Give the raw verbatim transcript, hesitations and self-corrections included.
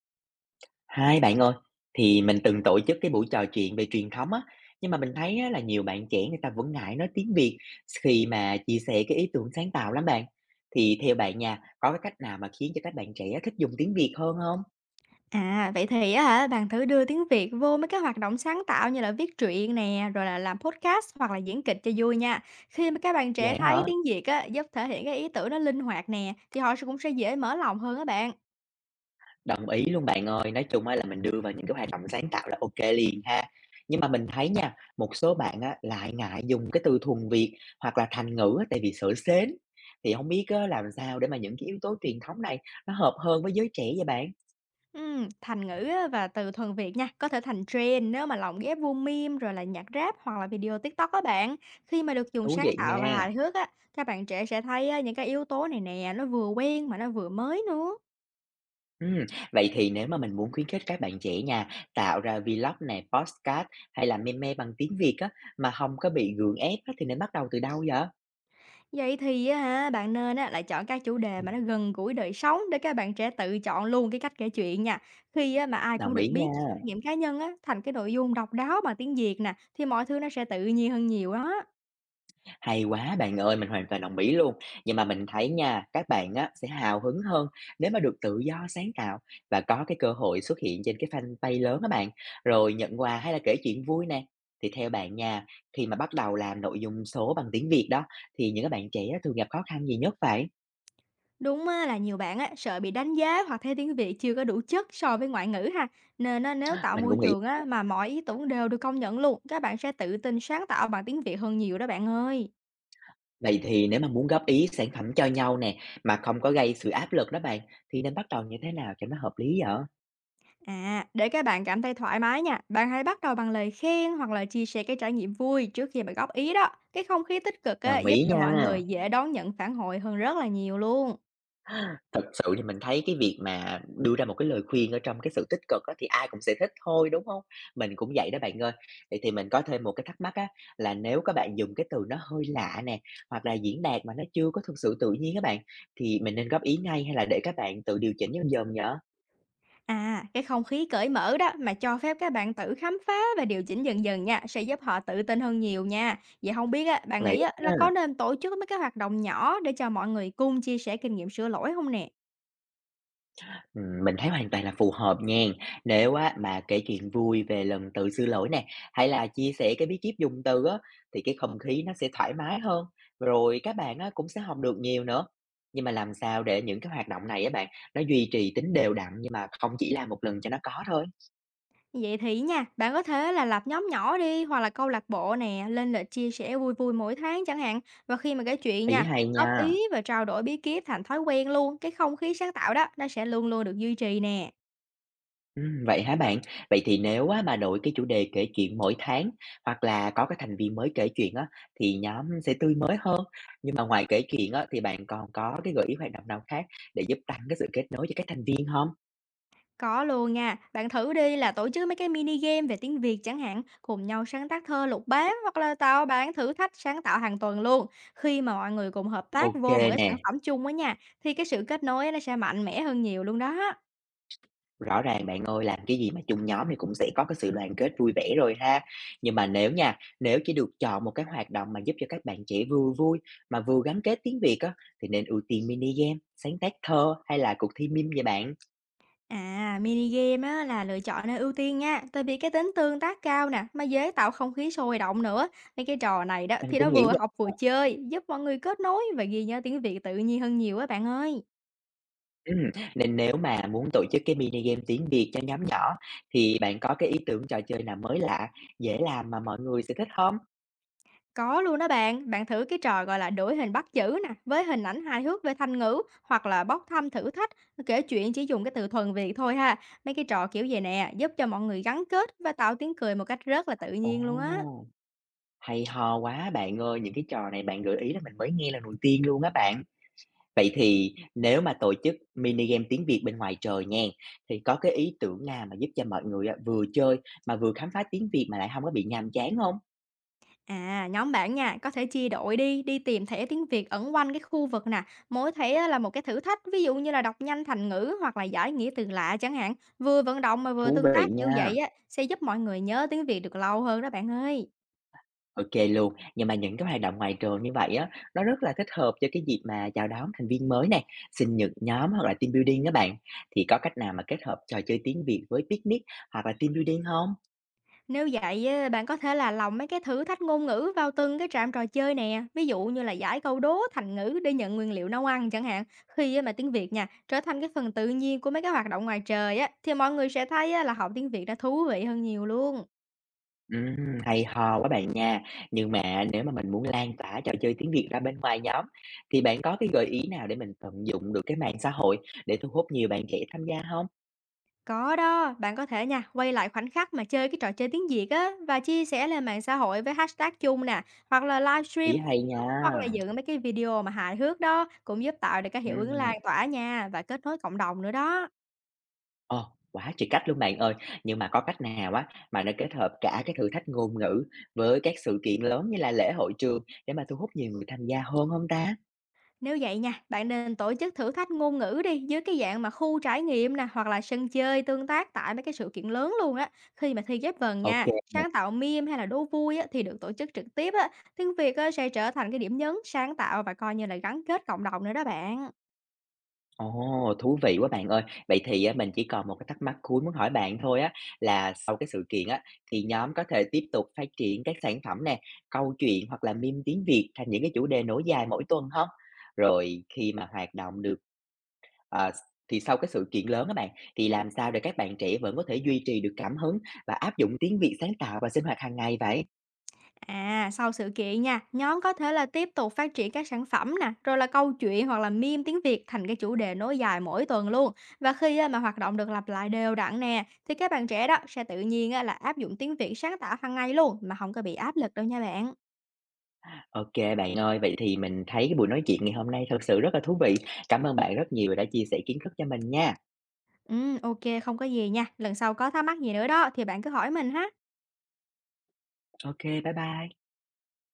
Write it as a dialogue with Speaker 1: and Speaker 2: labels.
Speaker 1: Hai bạn ơi, thì mình từng tổ chức cái buổi trò chuyện về truyền thống á, nhưng mà mình thấy á, là nhiều bạn trẻ người ta vẫn ngại nói tiếng Việt khi mà chia sẻ cái ý tưởng sáng tạo lắm bạn. Thì theo bạn nha, có cái cách nào mà khiến cho các bạn trẻ thích dùng tiếng Việt hơn không?
Speaker 2: À, vậy thì á hả, bạn thử đưa tiếng Việt vô mấy cái hoạt động sáng tạo như là viết truyện nè, rồi là làm podcast hoặc là diễn kịch cho vui nha. Khi mà các bạn trẻ
Speaker 1: Vậy hả?
Speaker 2: thấy tiếng Việt á, giúp thể hiện cái ý tưởng nó linh hoạt nè, thì họ sẽ- cũng sẽ dễ mở lòng hơn á bạn.
Speaker 1: Đồng ý luôn bạn ơi, nói chung á là mình đưa vào những cái hoạt động sáng tạo là ok liền ha. Nhưng mà mình thấy nha, một số bạn á, lại ngại dùng cái từ thuần Việt hoặc là thành ngữ á, tại vì sợ sến. Thì không biết á, làm sao để mà những cái yếu tố truyền thống này nó hợp hơn với giới trẻ vậy bạn?
Speaker 2: Ừm, thành ngữ á, và từ thuần Việt nha, có thể thành trend nếu mà lồng ghép vô meme rồi là nhạc rap hoặc là video TikTok các bạn. Khi mà được dùng
Speaker 1: Thú
Speaker 2: sáng
Speaker 1: vị
Speaker 2: tạo và
Speaker 1: nha.
Speaker 2: hài hước á, các bạn trẻ sẽ thấy á, những cái yếu tố này nè, nó vừa quen mà nó vừa mới nữa.
Speaker 1: Ừm, vậy thì nếu mà mình muốn khuyến khích các bạn trẻ nha, tạo ra vlog nè, podcast hay là meme bằng tiếng Việt á, mà không có bị gượng ép á, thì nên bắt đầu từ đâu vậy?
Speaker 2: Vậy thì á hả, bạn nên á là chọn các chủ đề mà nó gần gũi đời sống để các bạn trẻ tự chọn luôn cái cách kể chuyện nha. Khi á mà ai cũng
Speaker 1: Đồng
Speaker 2: được
Speaker 1: ý
Speaker 2: biết
Speaker 1: nha.
Speaker 2: trải nghiệm cá nhân á thành cái nội dung độc đáo bằng tiếng Việt nè, thì mọi thứ nó sẽ tự nhiên hơn nhiều đó.
Speaker 1: Hay quá bạn ơi, mình hoàn toàn đồng ý luôn. Nhưng mà mình thấy nha, các bạn á, sẽ hào hứng hơn nếu mà được tự do sáng tạo và có cái cơ hội xuất hiện trên cái fanpage lớn các bạn, rồi nhận quà hay là kể chuyện vui nè. Thì theo bạn nha, khi mà bắt đầu làm nội dung số bằng tiếng Việt đó, thì những các bạn trẻ thường gặp khó khăn gì nhất vậy?
Speaker 2: Đúng á, là nhiều bạn á sợ bị đánh giá hoặc thấy tiếng Việt chưa có đủ chất so với ngoại ngữ ha. Nên á, nếu tạo
Speaker 1: Mình
Speaker 2: môi
Speaker 1: cũng nghĩ
Speaker 2: trường á
Speaker 1: vậy á.
Speaker 2: mà mọi ý tưởng đều được công nhận luôn, các bạn sẽ tự tin sáng tạo bằng tiếng Việt hơn nhiều đó bạn ơi.
Speaker 1: Vậy thì nếu mà muốn góp ý sản phẩm cho nhau nè, mà không có gây sự áp lực đó bạn, thì nên bắt đầu như thế nào cho nó hợp lý vậy?
Speaker 2: À, để các bạn cảm thấy thoải mái nha, bạn hãy bắt đầu bằng lời khen hoặc là chia sẻ cái trải nghiệm vui trước khi mà góp ý đó. Cái không khí tích cực á,
Speaker 1: Đồng
Speaker 2: giúp
Speaker 1: ý
Speaker 2: cho mọi
Speaker 1: nha.
Speaker 2: người dễ đón nhận phản hồi hơn rất là nhiều luôn.
Speaker 1: Thật sự thì mình thấy cái việc mà đưa ra một cái lời khuyên ở trong cái sự tích cực á, thì ai cũng sẽ thích thôi, đúng không? Mình cũng vậy đó bạn ơi. Vậy thì mình có thêm một cái thắc mắc á, là nếu các bạn dùng cái từ nó hơi lạ nè, hoặc là diễn đạt mà nó chưa có thực sự tự nhiên các bạn, thì mình nên góp ý ngay hay là để các bạn tự điều chỉnh dần dần vậy?
Speaker 2: À, cái không khí cởi mở đó mà cho phép các bạn tự khám phá và điều chỉnh dần dần nha, sẽ giúp họ tự tin hơn nhiều nha. Vậy không biết á, bạn
Speaker 1: Vậy
Speaker 2: nghĩ á, là có nên tổ chức mấy cái hoạt động nhỏ để cho mọi người cùng chia sẻ kinh nghiệm sửa lỗi không nè?
Speaker 1: Ừm, mình thấy hoàn toàn là phù hợp nha. Nếu á mà kể chuyện vui về lần tự sửa lỗi nè, hay là chia sẻ cái bí kíp dùng từ á, thì cái không khí nó sẽ thoải mái hơn, rồi các bạn á cũng sẽ học được nhiều nữa. Nhưng mà làm sao để những cái hoạt động này á bạn, nó duy trì tính đều đặn nhưng mà không chỉ làm một lần cho nó có thôi?
Speaker 2: Vậy thì nha, bạn có thể là lập nhóm nhỏ đi hoặc là câu lạc bộ nè, lên lịch chia sẻ vui vui mỗi tháng chẳng hạn. Và khi mà kể chuyện
Speaker 1: Ý
Speaker 2: nha,
Speaker 1: hay
Speaker 2: góp
Speaker 1: nha.
Speaker 2: ý và trao đổi bí kíp thành thói quen luôn, cái không khí sáng tạo đó nó sẽ luôn luôn được duy trì nè.
Speaker 1: Ừm, vậy hả bạn? Vậy thì nếu á mà đổi cái chủ đề kể chuyện mỗi tháng hoặc là có cái thành viên mới kể chuyện á thì nhóm sẽ tươi mới hơn. Nhưng mà ngoài kể chuyện á thì bạn còn có cái gợi ý hoạt động nào khác để giúp tăng cái sự kết nối cho các thành viên không?
Speaker 2: Có luôn nha, bạn thử đi là tổ chức mấy cái mini game về tiếng Việt chẳng hạn, cùng nhau sáng tác thơ lục bát hoặc là tạo bản thử thách sáng tạo hàng tuần luôn. Khi mà mọi người cùng hợp tác
Speaker 1: OK
Speaker 2: vô một cái
Speaker 1: nè,
Speaker 2: sản phẩm chung á nha, thì cái sự kết nối nó sẽ mạnh mẽ hơn nhiều luôn đó.
Speaker 1: rõ ràng bạn ơi, làm cái gì mà chung nhóm thì cũng sẽ có cái sự đoàn kết vui vẻ rồi ha. Nhưng mà nếu nha, nếu chỉ được chọn một cái hoạt động mà giúp cho các bạn trẻ vừa vui mà vừa gắn kết tiếng Việt á, thì nên ưu tiên mini game, sáng tác thơ hay là cuộc thi meme vậy bạn?
Speaker 2: À, mini game á, là lựa chọn nơi ưu tiên nha, tại vì cái tính tương tác cao nè, mà dễ tạo không khí sôi động nữa. Mấy cái trò này đó
Speaker 1: Mình
Speaker 2: thì nó
Speaker 1: cũng nghĩ
Speaker 2: vừa học vừa chơi, giúp mọi người kết nối và ghi nhớ tiếng Việt tự nhiên hơn nhiều á bạn ơi.
Speaker 1: Ừm, nên nếu mà muốn tổ chức cái mini game tiếng Việt cho nhóm nhỏ thì bạn có cái ý tưởng trò chơi nào mới lạ, dễ làm mà mọi người sẽ thích không?
Speaker 2: Có luôn đó bạn, bạn thử cái trò gọi là đổi hình bắt chữ nè, với hình ảnh hài hước về thành ngữ, hoặc là bốc thăm thử thách, kể chuyện chỉ dùng cái từ thuần Việt thôi ha. Mấy cái trò kiểu vậy nè, giúp cho mọi người gắn kết và tạo tiếng cười một cách rất là tự nhiên luôn á.
Speaker 1: Ồ, hay ho quá bạn ơi, những cái trò này bạn gợi ý là mình mới nghe lần đầu tiên luôn á bạn. Vậy thì nếu mà tổ chức mini game tiếng Việt bên ngoài trời nha, thì có cái ý tưởng nào mà giúp cho mọi người á, vừa chơi mà vừa khám phá tiếng Việt mà lại không có bị nhàm chán không?
Speaker 2: À, nhóm bạn nha, có thể chia đội đi, đi tìm thẻ tiếng Việt ẩn quanh cái khu vực nè. Mỗi thẻ á là một cái thử thách, ví dụ như là đọc nhanh thành ngữ hoặc là giải nghĩa từ lạ chẳng hạn. Vừa vận động mà vừa
Speaker 1: Thú
Speaker 2: tương
Speaker 1: vị
Speaker 2: tác như
Speaker 1: nha.
Speaker 2: vậy á, sẽ giúp mọi người nhớ tiếng Việt được lâu hơn đó bạn ơi.
Speaker 1: OK luôn. Nhưng mà những cái hoạt động ngoài trường như vậy á, nó rất là thích hợp cho cái dịp mà chào đón thành viên mới nè, sinh nhật nhóm hoặc là team building các bạn. Thì có cách nào mà kết hợp trò chơi tiếng Việt với picnic hoặc là team building không?
Speaker 2: Nếu vậy á, bạn có thể là lồng mấy cái thử thách ngôn ngữ vào từng cái trạm trò chơi nè. Ví dụ như là giải câu đố thành ngữ để nhận nguyên liệu nấu ăn chẳng hạn. Khi á mà tiếng Việt nha, trở thành cái phần tự nhiên của mấy cái hoạt động ngoài trời á, thì mọi người sẽ thấy á là học tiếng Việt đã thú vị hơn nhiều luôn.
Speaker 1: Ừm, hay ho quá bạn nha. Nhưng mà nếu mà mình muốn lan tỏa trò chơi tiếng Việt ra bên ngoài nhóm, thì bạn có cái gợi ý nào để mình tận dụng được cái mạng xã hội để thu hút nhiều bạn trẻ tham gia không?
Speaker 2: Có đó, bạn có thể nha, quay lại khoảnh khắc mà chơi cái trò chơi tiếng Việt á và chia sẻ lên mạng xã hội với hashtag chung nè, hoặc là
Speaker 1: Ý
Speaker 2: livestream,
Speaker 1: hay nha.
Speaker 2: hoặc là dựng mấy cái video mà hài hước đó cũng giúp tạo được cái hiệu ứng lan
Speaker 1: Ừm.
Speaker 2: tỏa nha và kết nối cộng đồng nữa đó.
Speaker 1: Ờ, quá trời cách luôn bạn ơi! Nhưng mà có cách nào á, mà nó kết hợp cả cái thử thách ngôn ngữ với các sự kiện lớn như là lễ hội trường để mà thu hút nhiều người tham gia hơn không ta?
Speaker 2: Nếu vậy nha, bạn nên tổ chức thử thách ngôn ngữ đi dưới cái dạng mà khu trải nghiệm nè hoặc là sân chơi tương tác tại mấy cái sự kiện lớn luôn á. Khi mà thi ghép vần
Speaker 1: OK.
Speaker 2: nha, sáng tạo meme hay là đố vui á, thì được tổ chức trực tiếp á. Tiếng Việt á, sẽ trở thành cái điểm nhấn sáng tạo và coi như là gắn kết cộng đồng nữa đó bạn.
Speaker 1: Ồ, thú vị quá bạn ơi! Vậy thì á, mình chỉ còn một cái thắc mắc cuối muốn hỏi bạn thôi á, là sau cái sự kiện á, thì nhóm có thể tiếp tục phát triển các sản phẩm nè, câu chuyện hoặc là meme tiếng Việt thành những cái chủ đề nối dài mỗi tuần không? Rồi khi mà hoạt động được ờ, thì sau cái sự kiện lớn các bạn, thì làm sao để các bạn trẻ vẫn có thể duy trì được cảm hứng và áp dụng tiếng Việt sáng tạo vào sinh hoạt hàng ngày vậy?
Speaker 2: À, sau sự kiện nha, nhóm có thể là tiếp tục phát triển các sản phẩm nè, rồi là câu chuyện hoặc là meme tiếng Việt thành cái chủ đề nối dài mỗi tuần luôn. Và khi á, mà hoạt động được lặp lại đều đặn nè, thì các bạn trẻ đó sẽ tự nhiên á, là áp dụng tiếng Việt sáng tạo hàng ngày luôn mà không có bị áp lực đâu nha bạn.
Speaker 1: OK bạn ơi, vậy thì mình thấy cái buổi nói chuyện ngày hôm nay thật sự rất là thú vị. Cảm ơn bạn rất nhiều vì đã chia sẻ kiến thức cho mình nha.
Speaker 2: Ừ, ok, không có gì nha. Lần sau có thắc mắc gì nữa đó thì bạn cứ hỏi mình ha.
Speaker 1: OK, bye bye.